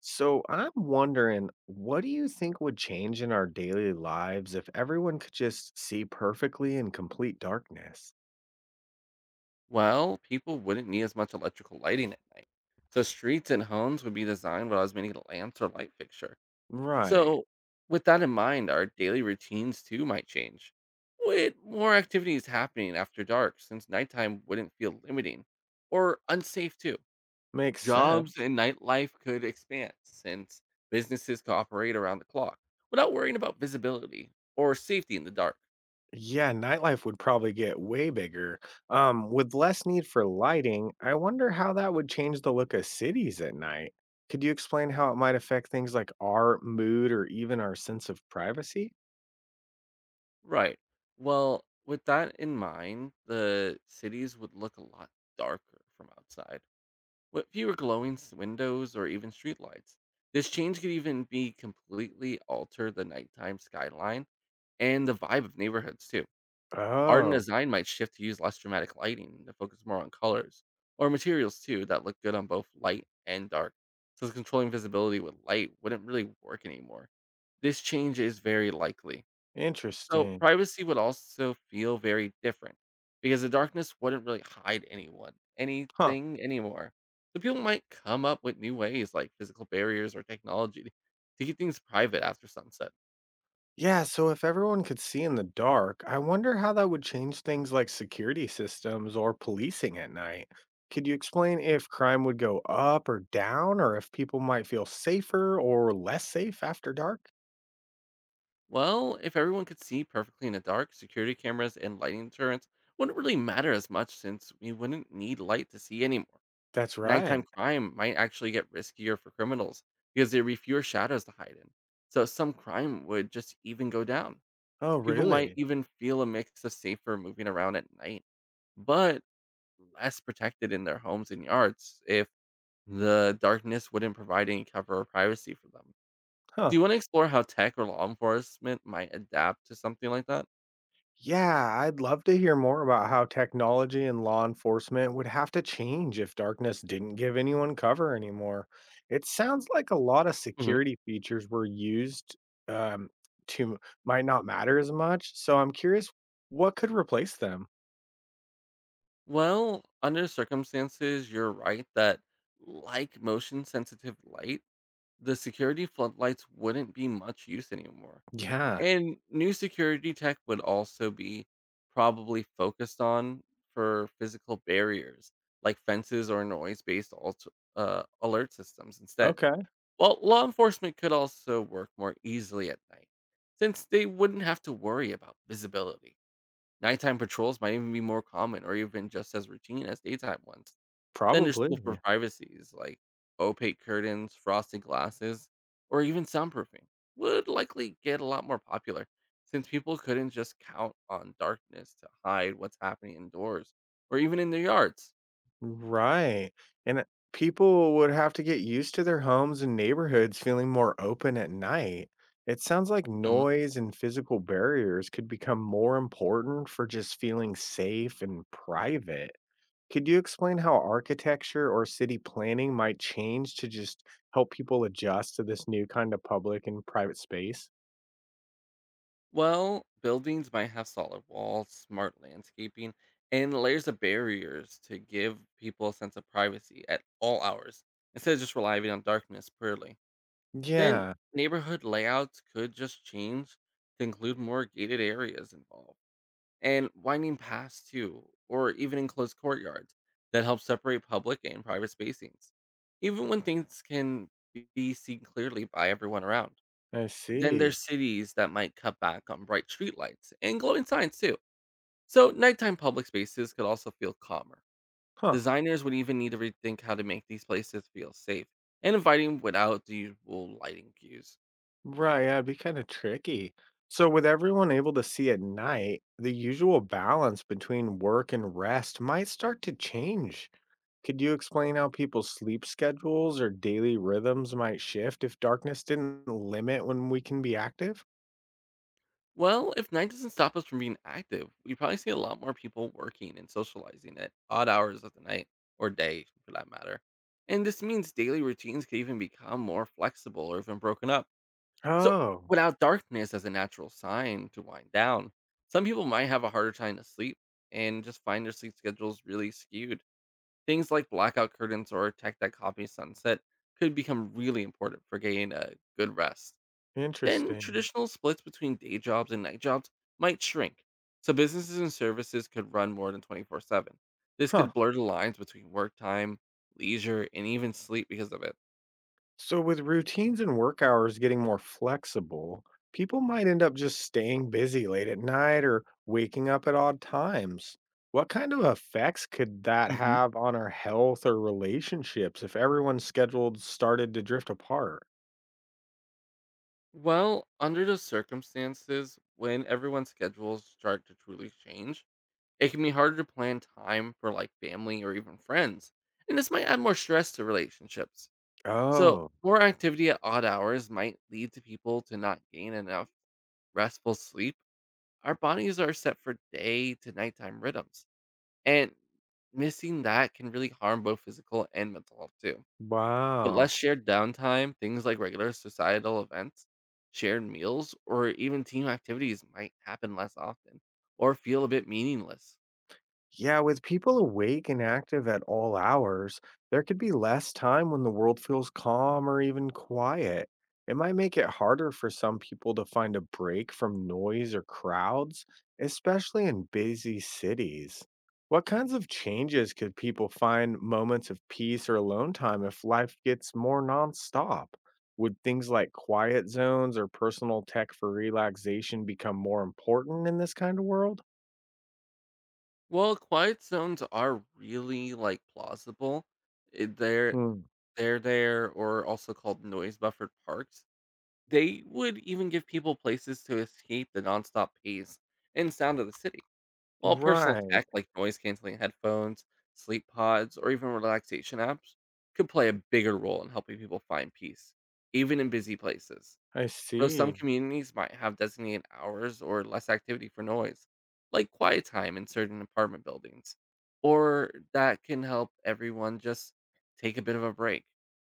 So I'm wondering, what do you think would change in our daily lives if everyone could just see perfectly in complete darkness? Well, people wouldn't need as much electrical lighting at night. So streets and homes would be designed without as many lamps or light fixture. Right. So, with that in mind, our daily routines too might change. With more activities happening after dark, since nighttime wouldn't feel limiting or unsafe too. Makes Jobs sense. and nightlife could expand since businesses could operate around the clock without worrying about visibility or safety in the dark. Yeah, nightlife would probably get way bigger. With less need for lighting, I wonder how that would change the look of cities at night. Could you explain how it might affect things like our mood or even our sense of privacy? Right. Well, with that in mind, the cities would look a lot darker from outside, with fewer windows or even streetlights. This change could even be completely alter the nighttime skyline and the vibe of neighborhoods too. Art and Oh, design might shift to use less dramatic lighting to focus more on colors or materials too that look good on both light and dark. Since controlling visibility with light wouldn't really work anymore. This change is very likely. So, interesting. privacy would also feel very different because the darkness wouldn't really hide anyone, Huh. anything anymore. So, people might come up with new ways like physical barriers or technology to keep things private after sunset. Yeah, so if everyone could see in the dark, I wonder how that would change things like security systems or policing at night. Could you explain if crime would go up or down, or if people might feel safer or less safe after dark? Well, if everyone could see perfectly in the dark, security cameras and lighting deterrents wouldn't really matter as much since we wouldn't need light to see anymore. That's right. Nighttime crime might actually get riskier for criminals because there'd be fewer shadows to hide in. So, some crime would just even go down. Oh, People might really? even feel it makes us safer moving around at night, but less protected in their homes and yards if the darkness wouldn't provide any cover or privacy for them. Huh. Do you want to explore how tech or law enforcement might adapt to something like that? Yeah, I'd love to hear more about how technology and law enforcement would have to change if darkness didn't give anyone cover anymore. It sounds like a lot of Hmm. security features were used um, to might not matter as much. So I'm curious, what could replace them? Well, under circumstances, you're right that, like motion sensitive light, the security floodlights wouldn't be much use anymore. Yeah, And new security tech would also be probably focused on for physical barriers like fences or alert systems instead. okay, Well, law enforcement could also work more easily at night since they wouldn't have to worry about visibility. Nighttime patrols might even be more common or even just as routine as daytime ones. Then there's tools for probably. privacies like opaque curtains, frosted glasses, or even soundproofing would likely get a lot more popular since people couldn't just count on darkness to hide what's happening indoors or even in their yards. Right. And people would have to get used to their homes and neighborhoods feeling more open at night. It sounds like Hmm. noise and physical barriers could become more important for just feeling safe and private. Could you explain how architecture or city planning might change to just help people adjust to this new kind of public and private space? Well, buildings might have solid walls, smart landscaping, and layers of barriers to give people a sense of privacy at all hours instead of just relying on darkness purely. Then Yeah, neighborhood layouts could just change to include more gated areas involved and winding paths too, or even enclosed courtyards that help separate public and private spacings. Even when things can be seen clearly by everyone around. I Then see. there's cities that might cut back on bright streetlights and glowing signs too. So nighttime public spaces could also feel calmer. Huh. Designers would even need to rethink how to make these places feel safe and inviting without the usual lighting cues. Right, yeah, it'd be kinda tricky. So with everyone able to see at night, the usual balance between work and rest might start to change. Could you explain how people's sleep schedules or daily rhythms might shift if darkness didn't limit when we can be active? Well, if night doesn't stop us from being active, we probably see a lot more people working and socializing at odd hours of the night or day for that matter. And this means daily routines could even become more flexible or even broken up. So, Oh, without darkness as a natural sign to wind down, some people might have a harder time to sleep and just find their sleep schedules really skewed. Things like blackout curtains or tech that copies sunset could become really important for getting a good rest. Then interesting. traditional splits between day jobs and night jobs might shrink, so businesses and services could run more than 24/7. This Huh. could blur the lines between work time, leisure, and even sleep because of it. So, with routines and work hours getting more flexible, people might end up just staying busy late at night or waking up at odd times. What kind of effects could that Hmm. have on our health or relationships if everyone's schedules started to drift apart? Well, under the circumstances, when everyone's schedules start to truly change, it can be harder to plan time for like family or even friends. And this might add more stress to relationships. So, Oh, more activity at odd hours might lead to people to not gain enough restful sleep. Our bodies are set for day to nighttime rhythms, and missing that can really harm both physical and mental health too. With wow. less shared downtime, things like regular societal events, shared meals, or even team activities might happen less often or feel a bit meaningless. Yeah, with people awake and active at all hours, there could be less time when the world feels calm or even quiet. It might make it harder for some people to find a break from noise or crowds, especially in busy cities. What kinds of changes could people find moments of peace or alone time if life gets more nonstop? Would things like quiet zones or personal tech for relaxation become more important in this kind of world? Well, quiet zones are really like plausible. eh, They're Hmm. they're there or also called noise buffered parks. They would even give people places to escape the nonstop pace and sound of the city. While personal Right. tech like noise canceling headphones, sleep pods, or even relaxation apps could play a bigger role in helping people find peace, even in busy places. I Though some see. communities might have designated hours or less activity for noise, like quiet time in certain apartment buildings, or that can help everyone just take a bit of a break.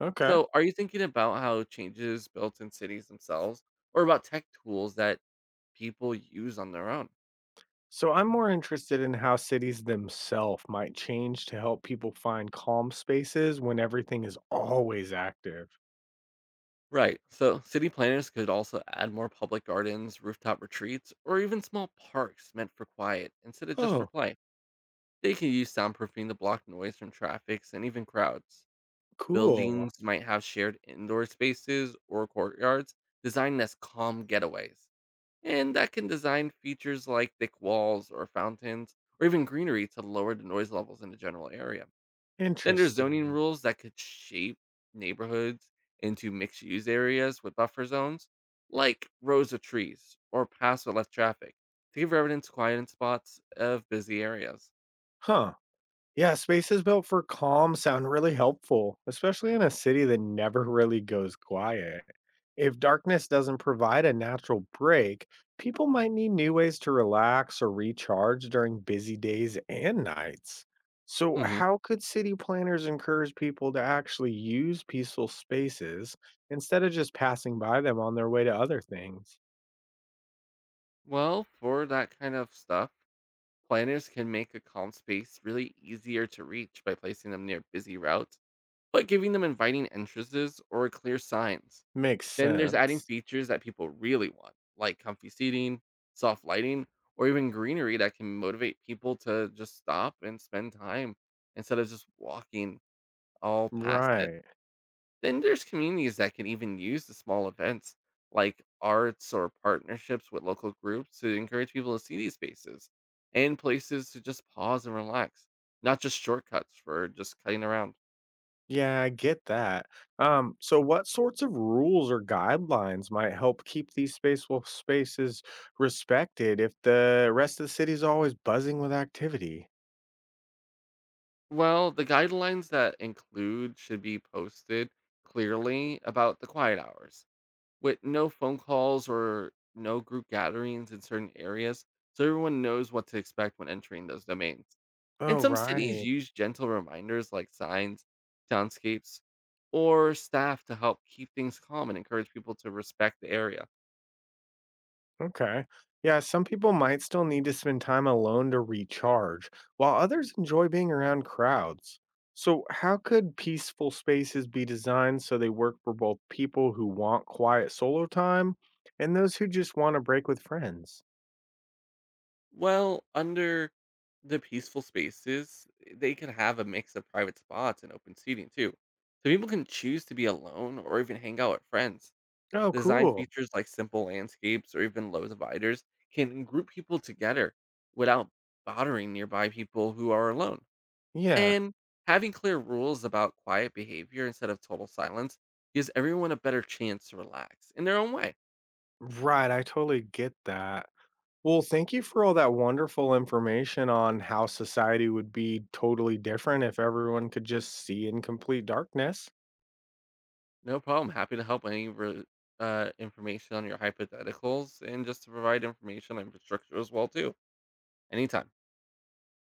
Okay. So, are you thinking about how changes built in cities themselves, or about tech tools that people use on their own? So I'm more interested in how cities themselves might change to help people find calm spaces when everything is always active. Right. So city planners could also add more public gardens, rooftop retreats, or even small parks meant for quiet instead of just for Oh, play. They can use soundproofing to block noise from traffic and even crowds. cool. Buildings might have shared indoor spaces or courtyards designed as calm getaways. And that can design features like thick walls or fountains or even greenery to lower the noise levels in the general area. Then there's zoning Interesting. rules that could shape neighborhoods into mixed use areas with buffer zones, like rows of trees or paths with less traffic to give residents quiet in spots of busy areas. Huh. Yeah, spaces built for calm sound really helpful, especially in a city that never really goes quiet. If darkness doesn't provide a natural break, people might need new ways to relax or recharge during busy days and nights. So, Hmm. how could city planners encourage people to actually use peaceful spaces instead of just passing by them on their way to other things? Well, for that kind of stuff, planners can make a calm space really easier to reach by placing them near busy routes, but giving them inviting entrances or clear signs. Makes Then there's adding sense. features that people really want, like comfy seating, soft lighting, or even greenery that can motivate people to just stop and spend time instead of just walking all past it. Right. Then there's communities that can even use the small events like arts or partnerships with local groups to encourage people to see these spaces and places to just pause and relax, not just shortcuts for just cutting around. Yeah, I get that. So what sorts of rules or guidelines might help keep these spaceful spaces respected if the rest of the city is always buzzing with activity? Well, the guidelines that include should be posted clearly about the quiet hours with no phone calls or no group gatherings in certain areas so everyone knows what to expect when entering those domains. Oh, And some cities right. use gentle reminders like signs, soundscapes, or staff to help keep things calm and encourage people to respect the area. Okay. Yeah, some people might still need to spend time alone to recharge, while others enjoy being around crowds. So, how could peaceful spaces be designed so they work for both people who want quiet solo time and those who just want a break with friends? Well, under the peaceful spaces, they can have a mix of private spots and open seating too. So people can choose to be alone or even hang out with friends. Oh, Design cool. features like simple landscapes or even low dividers can group people together without bothering nearby people who are alone. Yeah. And having clear rules about quiet behavior instead of total silence gives everyone a better chance to relax in their own way. Right, I totally get that. Well, thank you for all that wonderful information on how society would be totally different if everyone could just see in complete darkness. No problem. Happy to help any information on your hypotheticals and just to provide information on infrastructure as well too. Anytime.